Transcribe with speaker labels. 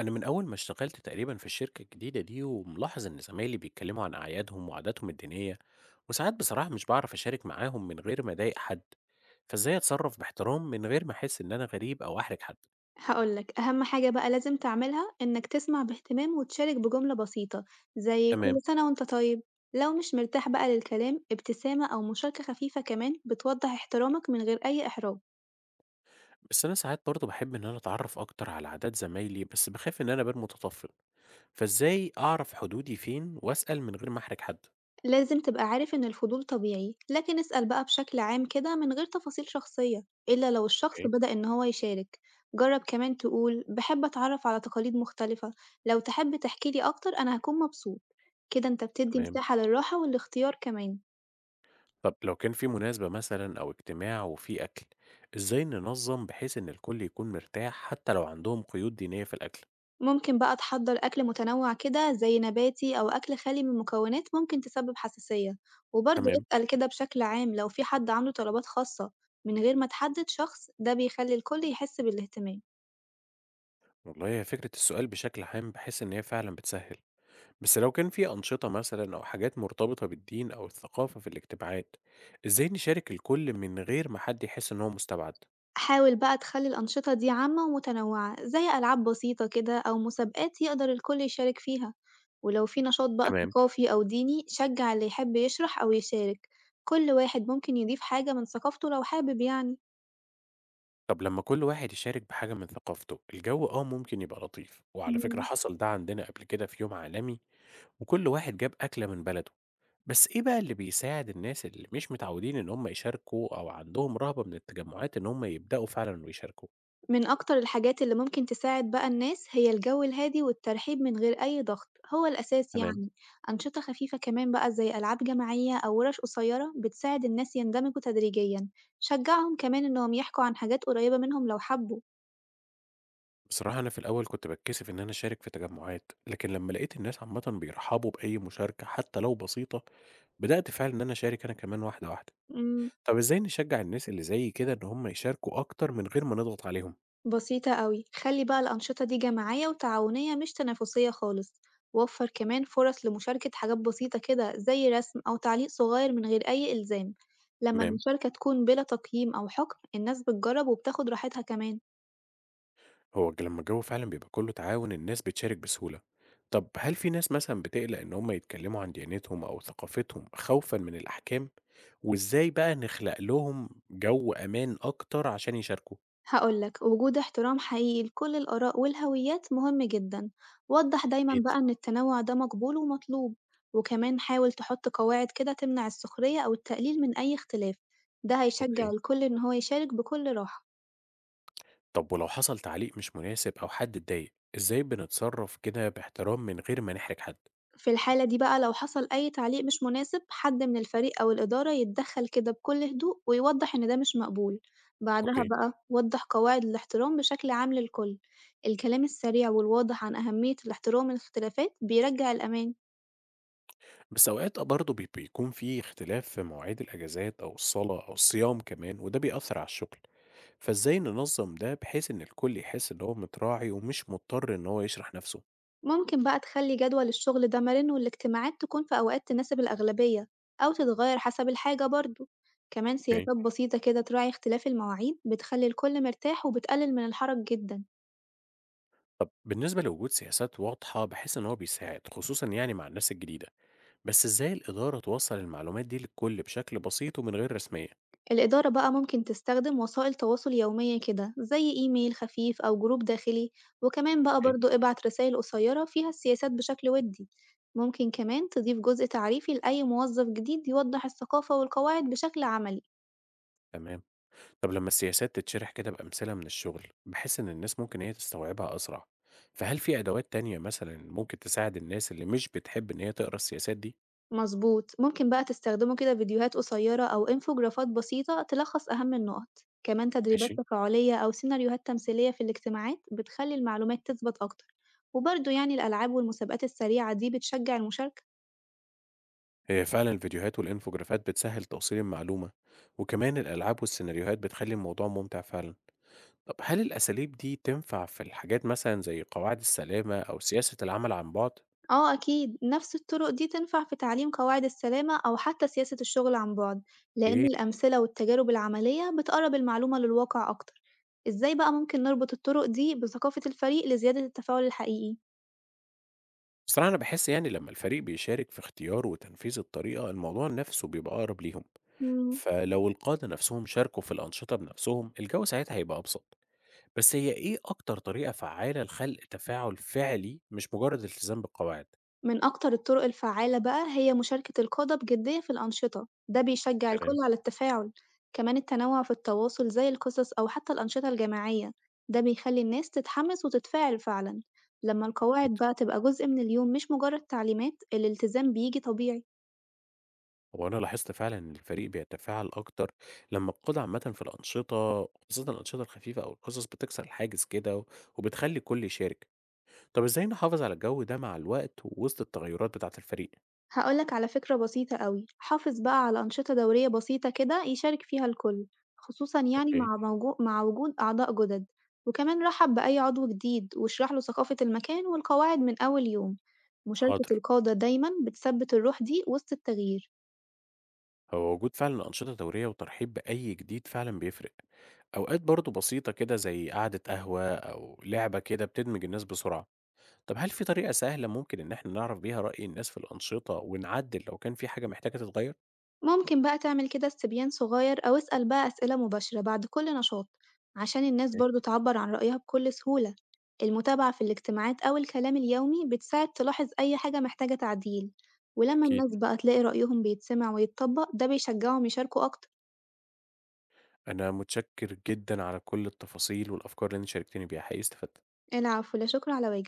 Speaker 1: أنا من أول ما اشتغلت تقريبا في الشركة الجديدة دي وملاحظ إن زمايلي بيتكلموا عن أعيادهم وعاداتهم الدينية، وساعات بصراحة مش بعرف أشارك معاهم من غير ما أضايق حد. فإزاي أتصرف باحترام من غير ما أحس إن أنا غريب أو أحرج حد؟
Speaker 2: هاقول لك، أهم حاجة بقى لازم تعملها إنك تسمع باهتمام وتشارك بجملة بسيطة، زي كل
Speaker 1: تمام.
Speaker 2: سنة وأنت طيب، لو مش مرتاح بقى للكلام ابتسامة أو مشاركة خفيفة كمان بتوضح احترامك من غير أي إحراج،
Speaker 1: بس أنا ساعات برضه بحب إن أنا أتعرف أكتر على عادات زمايلي، بس بخاف إن أنا أبان متطفل. فإزاي أعرف حدودي فين وأسأل من غير ما أحرج حد؟
Speaker 2: لازم تبقى عارف إن الفضول طبيعي، لكن اسأل بقى بشكل عام كده من غير تفاصيل شخصية، إلا لو الشخص
Speaker 1: أوكي.
Speaker 2: بدأ إن هو يشارك، جرب كمان تقول باحب أتعرف على تقاليد مختلفة، لو تحب تحكي لي أكتر أنا هاكون مبسوط، كده أنت بتدي
Speaker 1: تمام.
Speaker 2: مساحة للراحة والاختيار كمان.
Speaker 1: طب لو كان في مناسبة مثلا أو اجتماع وفي أكل، إزاي ننظم بحيث إن الكل يكون مرتاح حتى لو عندهم قيود دينية في الأكل؟
Speaker 2: ممكن بقى تحضّر أكل متنوع كده زي نباتي أو أكل خالي من مكونات ممكن تسبب حساسية، وبرضه
Speaker 1: تمام.
Speaker 2: اسأل كده بشكل عام لو في حد عنده طلبات خاصة من غير ما تحدد شخص، ده بيخلي الكل يحس بالاهتمام.
Speaker 1: والله هي فكرة السؤال بشكل عام بحيث إن هي فعلا بتسهل، بس لو كان في أنشطة مثلا أو حاجات مرتبطة بالدين أو الثقافة في الاجتماعات، إزاي نشارك الكل من غير ما حد يحس إن هو مستبعد؟
Speaker 2: حاول بقى تخلي الأنشطة دي عامة ومتنوعة زي ألعاب بسيطة كده أو مسابقات يقدر الكل يشارك فيها، ولو في نشاط بقى
Speaker 1: تمام.
Speaker 2: ثقافي أو ديني شجع اللي يحب يشرح أو يشارك، كل واحد ممكن يضيف حاجة من ثقافته لو حابب يعني.
Speaker 1: طب لما كل واحد يشارك بحاجة من ثقافته، الجو ممكن يبقى لطيف، وعلى فكرة
Speaker 2: إمم.
Speaker 1: حصل ده عندنا قبل كده في يوم عالمي، وكل واحد جاب أكلة من بلده. بس إيه بقى اللي بيساعد الناس اللي مش متعودين إن هم يشاركوا أو عندهم رهبة من التجمعات إن هم يبدأوا فعلًا ويشاركوا؟
Speaker 2: من أكتر الحاجات اللي ممكن تساعد بقى الناس هي الجو الهادي والترحيب من غير أي ضغط، هو الأساس
Speaker 1: تمام.
Speaker 2: يعني. أنشطة خفيفة كمان بقى زي ألعاب جماعية أو ورش قصيرة بتساعد الناس يندمجوا تدريجيا، شجعهم كمان إنهم يحكوا عن حاجات قريبة منهم لو حبوا.
Speaker 1: بصراحة أنا في الأول كنت باتكسف إن أنا أشارك في تجمعات، لكن لمّا لقيت الناس عامةً بيرحبوا بأي مشاركة حتى لو بسيطة، بدأت فعلًا إن أنا أشارك أنا كمان واحدة واحدة.
Speaker 2: مم.
Speaker 1: طب إزاي نشجع الناس اللي زيي كده إن هم يشاركوا أكتر من غير ما نضغط عليهم؟
Speaker 2: بسيطة أوي، خلي بقى الأنشطة دي جماعية وتعاونية مش تنافسية خالص، وفر كمان فرص لمشاركة حاجات بسيطة كده زي رسم أو تعليق صغير من غير أي إلزام، لما
Speaker 1: تمام.
Speaker 2: المشاركة تكون بلا تقييم أو حكم الناس بتجرب وبتاخد راحتها كمان.
Speaker 1: هو لمّا الجو فعلًا بيبقى كُلّه تعاون، الناس بتشارك بسهولة. طب هل في ناس مثلًا بتقلق إن هم يتكلّموا عن ديانتهم أو ثقافتهم خوفًا من الأحكام؟ وإزاي بقى نخلق لهم جو أمان أكتر عشان يشاركوا؟
Speaker 2: هقولك، وجود احترام حقيقي لكل الآراء والهويات مهم جدا، وضح دايما
Speaker 1: أكيد.
Speaker 2: بقى إن التنوع ده مقبول ومطلوب، وكمان حاول تحط قواعد كده تمنع السخرية أو التقليل من أي اختلاف، ده هيشجع
Speaker 1: أوكي.
Speaker 2: الكل إن هو يشارك بكل راحة.
Speaker 1: طب ولو حصل تعليق مش مناسب أو حد اتضايق، إزاي بنتصرّف كده باحترام من غير ما نحرج حد؟
Speaker 2: في الحالة دي بقى لو حصل أي تعليق مش مناسب، حد من الفريق أو الإدارة يتدخل كده بكل هدوء ويوضح إن ده مش مقبول، بعدها
Speaker 1: أوكي.
Speaker 2: بقى وضح قواعد الاحترام بشكل عام للكل. الكلام السريع والواضح عن أهمية الاحترام الاختلافات بيرجع الأمان.
Speaker 1: بس أوقات أ برضه بي بيكون في اختلاف في مواعيد الأجازات أو الصلاة أو الصيام كمان، وده بيأثّر على الشغل. فإزاي ننظّم ده بحيث إن الكل يحس إن هو متراعي ومش مضطر إن هو يشرح نَفْسه؟
Speaker 2: ممكن بقى تخلي جدول الشغل ده مرن والاجتماعات تكون في أوقات تناسب الأغلبية أو تتغير حسب الحاجة برضه، كمان
Speaker 1: أوكي.
Speaker 2: سياسات بسيطة كده تراعي اختلاف المواعيد بتخلي الكل مرتاح وبتقلل من الحرج جدا.
Speaker 1: طَب بالنسبة لوجود سياسات واضحة بحيث إن هو بيساعد، خصوصًا يعني مع الناس الجديدة، بس إزاي الإدارة توصّل المعلومات دي للكل بشكل بسيط ومن غير رسمية؟
Speaker 2: الإدارة بقى ممكن تستخدم وسائل تواصل يومية كده زي إيميل خفيف أو جروب داخلي، وكمان بقى
Speaker 1: أوكي.
Speaker 2: برضو ابعت رسائل قصيرة فيها السياسات بشكل ودي. ممكن كمان تضيف جزء تعريفي لأي موظف جديد يوضح الثقافة والقواعد بشكل عملي.
Speaker 1: تمام. طَب لمّا السياسات تتشرح كده بأمثلة من الشغل، بحيث إن الناس ممكن إن هي تستوعبها أسرع، فهل في أدوات تانية مثلًا ممكن تساعد الناس اللي مش بتحب إن هي تقرا السياسات دي؟
Speaker 2: مظبوط، ممكن بقى تستخدمه كده فيديوهات قصيرة أو إنفوجرافات بسيطة تلخص أهم النقط، كمان تدريبات
Speaker 1: ماشي.
Speaker 2: تفاعلية أو سيناريوهات تمثيلية في الاجتماعات بتخلي المعلومات تثبت أكتر. وبرضه يعني الألعاب والمسابقات السريعة دي بتشجع المشاركة.
Speaker 1: هي فعلا الفيديوهات والإنفوجرافات بتسهل توصيل المعلومة، وكمان الألعاب والسيناريوهات بتخلي الموضوع ممتع فعلا. طب هل الأساليب دي تنفع في الحاجات مثلا زي قواعد السلامة أو سياسة العمل عن بعد؟
Speaker 2: آه أكيد، نفس الطرق دي تنفع في تعليم قواعد السلامة أو حتى سياسة الشغل عن بعد، لأن
Speaker 1: إيه؟
Speaker 2: الأمثلة والتجارب العملية بتقرب المعلومة للواقع أكتر. إزاي بقى ممكن نربط الطرق دي بثقافة الفريق لزيادة التفاعل الحقيقي؟
Speaker 1: بصراحة أنا بحس يعني لما الفريق بيشارك في اختيار وتنفيذ الطريقة، الموضوع نفسه بيبقى أقرب ليهم.
Speaker 2: مم.
Speaker 1: فلو القادة نفسهم شاركوا في الأنشطة بنفسهم، الجو ساعتها هيبقى أبسط. بس هي إيه أكتر طريقة فعالة لخلق تفاعل فعلي مش مجرد التزام بالقواعد؟
Speaker 2: من أكتر الطرق الفعّالة بقى هي مشاركة القادة بجدية في الأنشطة، ده بيشجّع الكل
Speaker 1: تمام.
Speaker 2: على التفاعل، كمان التنوع في التواصل زي القصص أو حتى الأنشطة الجماعية، ده بيخلّي الناس تتحمس وتتفاعل فعلًا، لمّا القواعد بقى تبقى جزء من اليوم مش مجرد تعليمات، الالتزام بييجي طبيعي.
Speaker 1: هو أنا لاحظت فعلا إن الفريق بيتفاعل أكتر لما عامة في الأنشطة، خاصة الأنشطة الخفيفة أو القصص بتكسر الحاجز كده و- وبتخلي الكل يشارك. طب إزاي نحافظ على الجو ده مع الوقت ووسط التغيرات بتاعة الفريق؟
Speaker 2: هاقول لك على فكرة بسيطة أوي، حافظ بقى على أنشطة دورية بسيطة كده يشارك فيها الكل، خصوصًا يعني
Speaker 1: أوكي.
Speaker 2: مع وجود أعضاء جدد، وكمان رحب بأي عضو جديد واشرح له ثقافة المكان والقواعد من أول يوم، مشاركة
Speaker 1: حاضر.
Speaker 2: القادة دايمًا بتثبت الروح دي وسط التغيير.
Speaker 1: هو وجود فعلا أنشطة دورية وترحيب بأي جديد فعلا بيفرق. أوقات برضو بسيطة كده زي قعدة قهوة أو لعبة كده بتدمج الناس بسرعة. طب هل في طريقة سهلة ممكن إن احنا نعرف بيها رأي الناس في الأنشطة ونعدل لو كان في حاجة محتاجة تتغير؟
Speaker 2: ممكن بقى تعمل كده استبيان صغير أو اسأل بقى أسئلة مباشرة بعد كل نشاط عشان الناس برضو تعبر عن رأيها بكل سهولة. المتابعة في الاجتماعات أو الكلام اليومي بتساعد تلاحظ أي حاجة محتاجة تعديل، ولما
Speaker 1: أكيد.
Speaker 2: الناس بقى تلاقي رأيهم بيتسمع ويتطبق ده بيشجعهم يشاركوا أكتر.
Speaker 1: أنا متشكر جدًا على كل التفاصيل والأفكار اللي أنتِ شاركتيني بيها، حقيقي استفدت.
Speaker 2: العفو، لا شكر على واجب.